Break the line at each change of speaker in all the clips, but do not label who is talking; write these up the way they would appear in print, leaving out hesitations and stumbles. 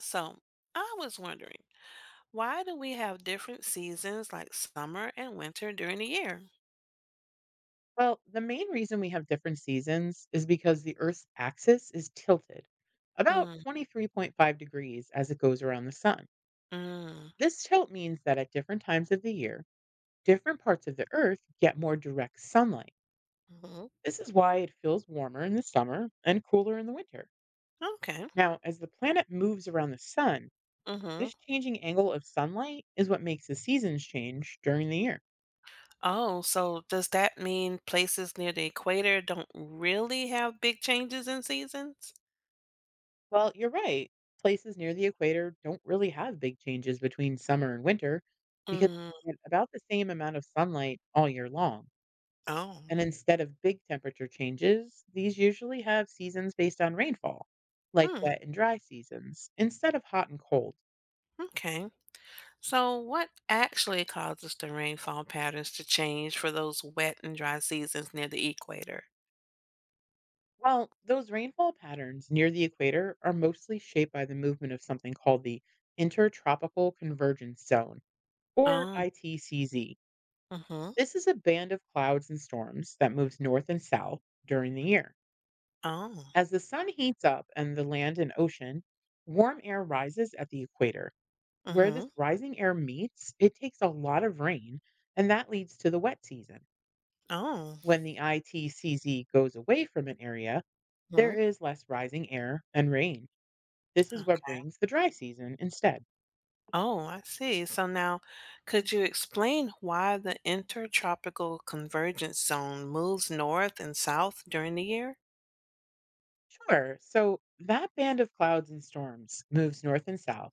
So, I was wondering, why do we have different seasons like summer and winter during the year?
Well, the main reason we have different seasons is because the Earth's axis is tilted about
Mm,
23.5 degrees as it goes around the sun.
mm,
This tilt means that at different times of the year, different parts of the Earth get more direct sunlight.
hmm
This is why it feels warmer in the summer and cooler in the winter.
okay.
Now, as the planet moves around the sun,
Mm-hmm.
this changing angle of sunlight is what makes the seasons change during the year.
Oh, so does that mean places near the equator don't really have big changes in seasons?
Well, you're right. Places near the equator don't really have big changes between summer and winter because
Mm,
they get about the same amount of sunlight all year long.
oh,
And instead of big temperature changes, these usually have seasons based on rainfall, like
hmm,
wet and dry seasons, instead of hot and cold.
okay. So, what actually causes the rainfall patterns to change for those wet and dry seasons near the equator?
Well, those rainfall patterns near the equator are mostly shaped by the movement of something called the Intertropical Convergence Zone, or
Oh,
ITCZ.
hmm
This is a band of clouds and storms that moves north and south during the year.
oh,
As the sun heats up and the land and ocean, warm air rises at the equator. Where this
mm-hmm,
rising air meets, it takes a lot of rain, and that leads to the wet season.
oh.
When the ITCZ goes away from an area, there
hmm
is less rising air and rain. This is what
okay.
brings the dry season instead.
Oh, I see. So now, could you explain why the intertropical convergence zone moves north and south during the year?
Sure, so that band of clouds and storms moves north and south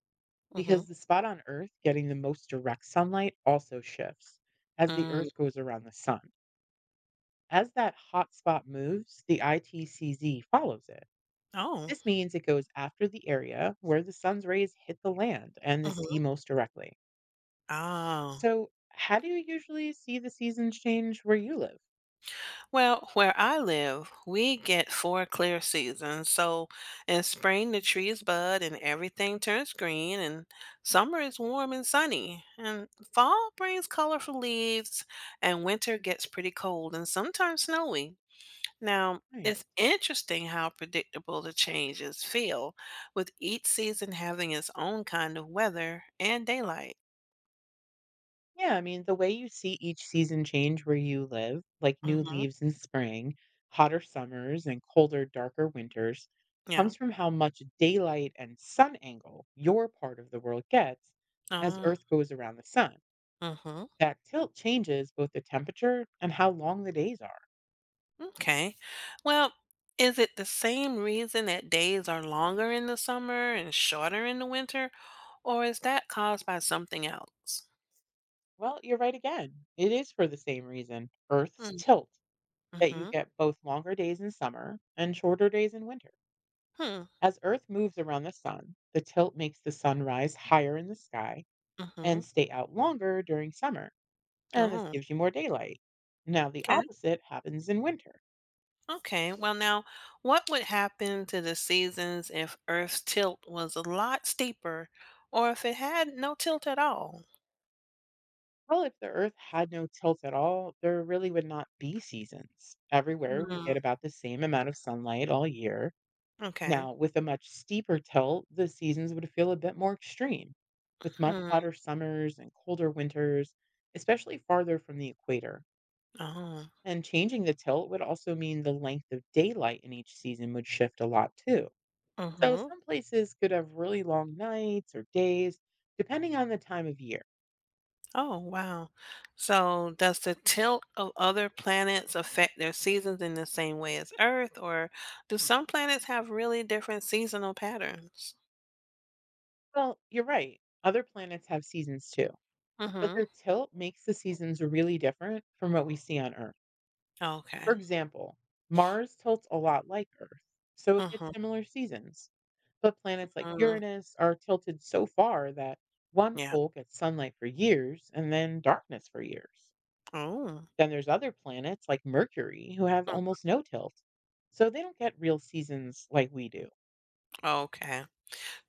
hmm
because the spot on Earth getting the most direct sunlight also shifts as the
Mm.
Earth goes around the sun. As that hot spot moves, the ITCZ follows it.
Oh.
This means it goes after the area where the sun's rays hit the land and the
hmm
sea most directly.
Oh.
So, how do you usually see the seasons change where you live?
Well, where I live, we get four clear seasons. So in spring, the trees bud and everything turns green, and summer is warm and sunny. And fall brings colorful leaves, and winter gets pretty cold and sometimes snowy. Now, it's
Nice.
interesting how predictable the changes feel, with each season having its own kind of weather and daylight.
Yeah, I mean, the way you see each season change where you live, like new
hmm
leaves in spring, hotter summers, and colder, darker winters,
Yeah.
comes from how much daylight and sun angle your part of the world gets as
Oh,
Earth goes around the sun.
hmm
That tilt changes both the temperature and how long the days are.
Okay. Well, is it the same reason that days are longer in the summer and shorter in the winter, or is that caused by something else?
Well, you're right again. It is for the same reason, Earth's tilt, that you
Mm-hmm.
get both longer days in summer and shorter days in winter.
Hmm.
As Earth moves around the sun, the tilt makes the sun rise higher in the sky
Mm-hmm.
and stay out longer during summer, and this
Oh,
gives you more daylight. Now, the
okay.
opposite happens in winter.
Okay, well, now, what would happen to the seasons if Earth's tilt was a lot steeper or if it had no tilt at all?
Well, if the Earth had no tilt at all, there really would not be seasons. Everywhere would
Hmm.
get about the same amount of sunlight all year.
Okay.
Now, with a much steeper tilt, the seasons would feel a bit more extreme, with much
Hmm.
hotter summers and colder winters, especially farther from the equator.
Oh.
And changing the tilt would also mean the length of daylight in each season would shift a lot too. So
Mm-hmm.
some places could have really long nights or days, depending on the time of year.
Oh, wow. So, does the tilt of other planets affect their seasons in the same way as Earth, or do some planets have really different seasonal patterns?
Well, you're right. Other planets have seasons too, but
Mm-hmm.
their tilt makes the seasons really different from what we see on Earth. For
Okay.
example, Mars tilts a lot like Earth, so it gets
Mm-hmm.
similar seasons. But planets like
Mm-hmm.
Uranus are tilted so far that one
Yeah.
pole gets sunlight for years and then darkness for years.
Oh.
Then there's other planets like Mercury who have
Mm.
almost no tilt. So they don't get real seasons like we do.
Okay.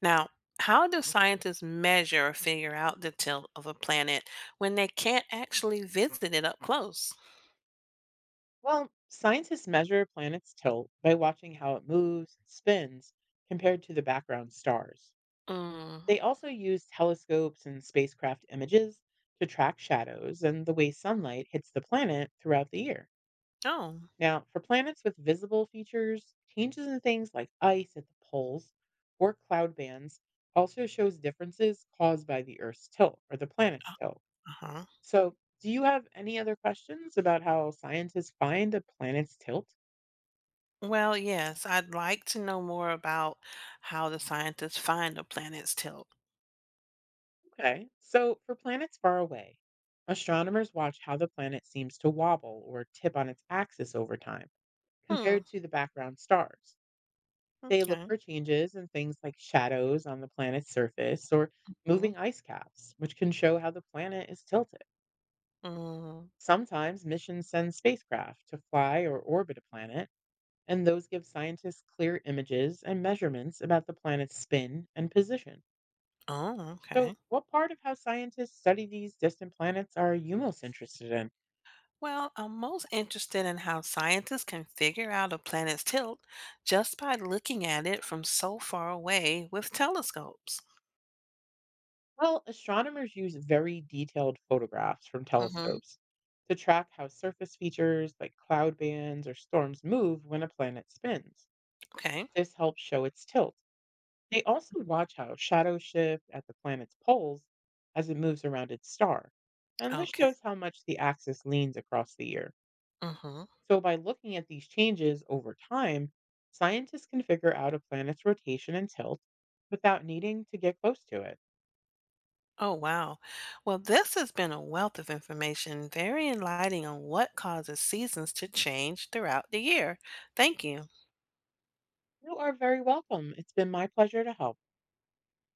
Now, how do scientists measure or figure out the tilt of a planet when they can't actually visit it up close?
Well, scientists measure a planet's tilt by watching how it moves and spins compared to the background stars.
Mm.
They also use telescopes and spacecraft images to track shadows and the way sunlight hits the planet throughout the year.
Oh,
Now, for planets with visible features, changes in things like ice at the poles or cloud bands also shows differences caused by the Earth's tilt or the planet's tilt.
uh-huh.
So, do you have any other questions about how scientists find a planet's tilt?
Well, yes, I'd like to know more about how the scientists find a planet's tilt.
Okay. So, for planets far away, astronomers watch how the planet seems to wobble or tip on its axis over time
Hmm.
compared to the background stars. They look
Okay.
for changes in things like shadows on the planet's surface or
Mm,
moving ice caps, which can show how the planet is tilted.
mm.
Sometimes missions send spacecraft to fly or orbit a planet, and those give scientists clear images and measurements about the planet's spin and position.
Oh,
So,
okay.
what part of how scientists study these distant planets are you most interested in?
Well, I'm most interested in how scientists can figure out a planet's tilt just by looking at it from so far away with telescopes.
Well, astronomers use very detailed photographs from
hmm
telescopes to track how surface features like cloud bands or storms move when a planet spins.
Okay.
This helps show its tilt. They also watch how shadows shift at the planet's poles as it moves around its star. And this
Okay.
shows how much the axis leans across the year.
Mm-hmm.
So, by looking at these changes over time, scientists can figure out a planet's rotation and tilt without needing to get close to it.
Oh, wow. Well, this has been a wealth of information, very enlightening on what causes seasons to change throughout the year. Thank you.
You are very welcome. It's been my pleasure to help.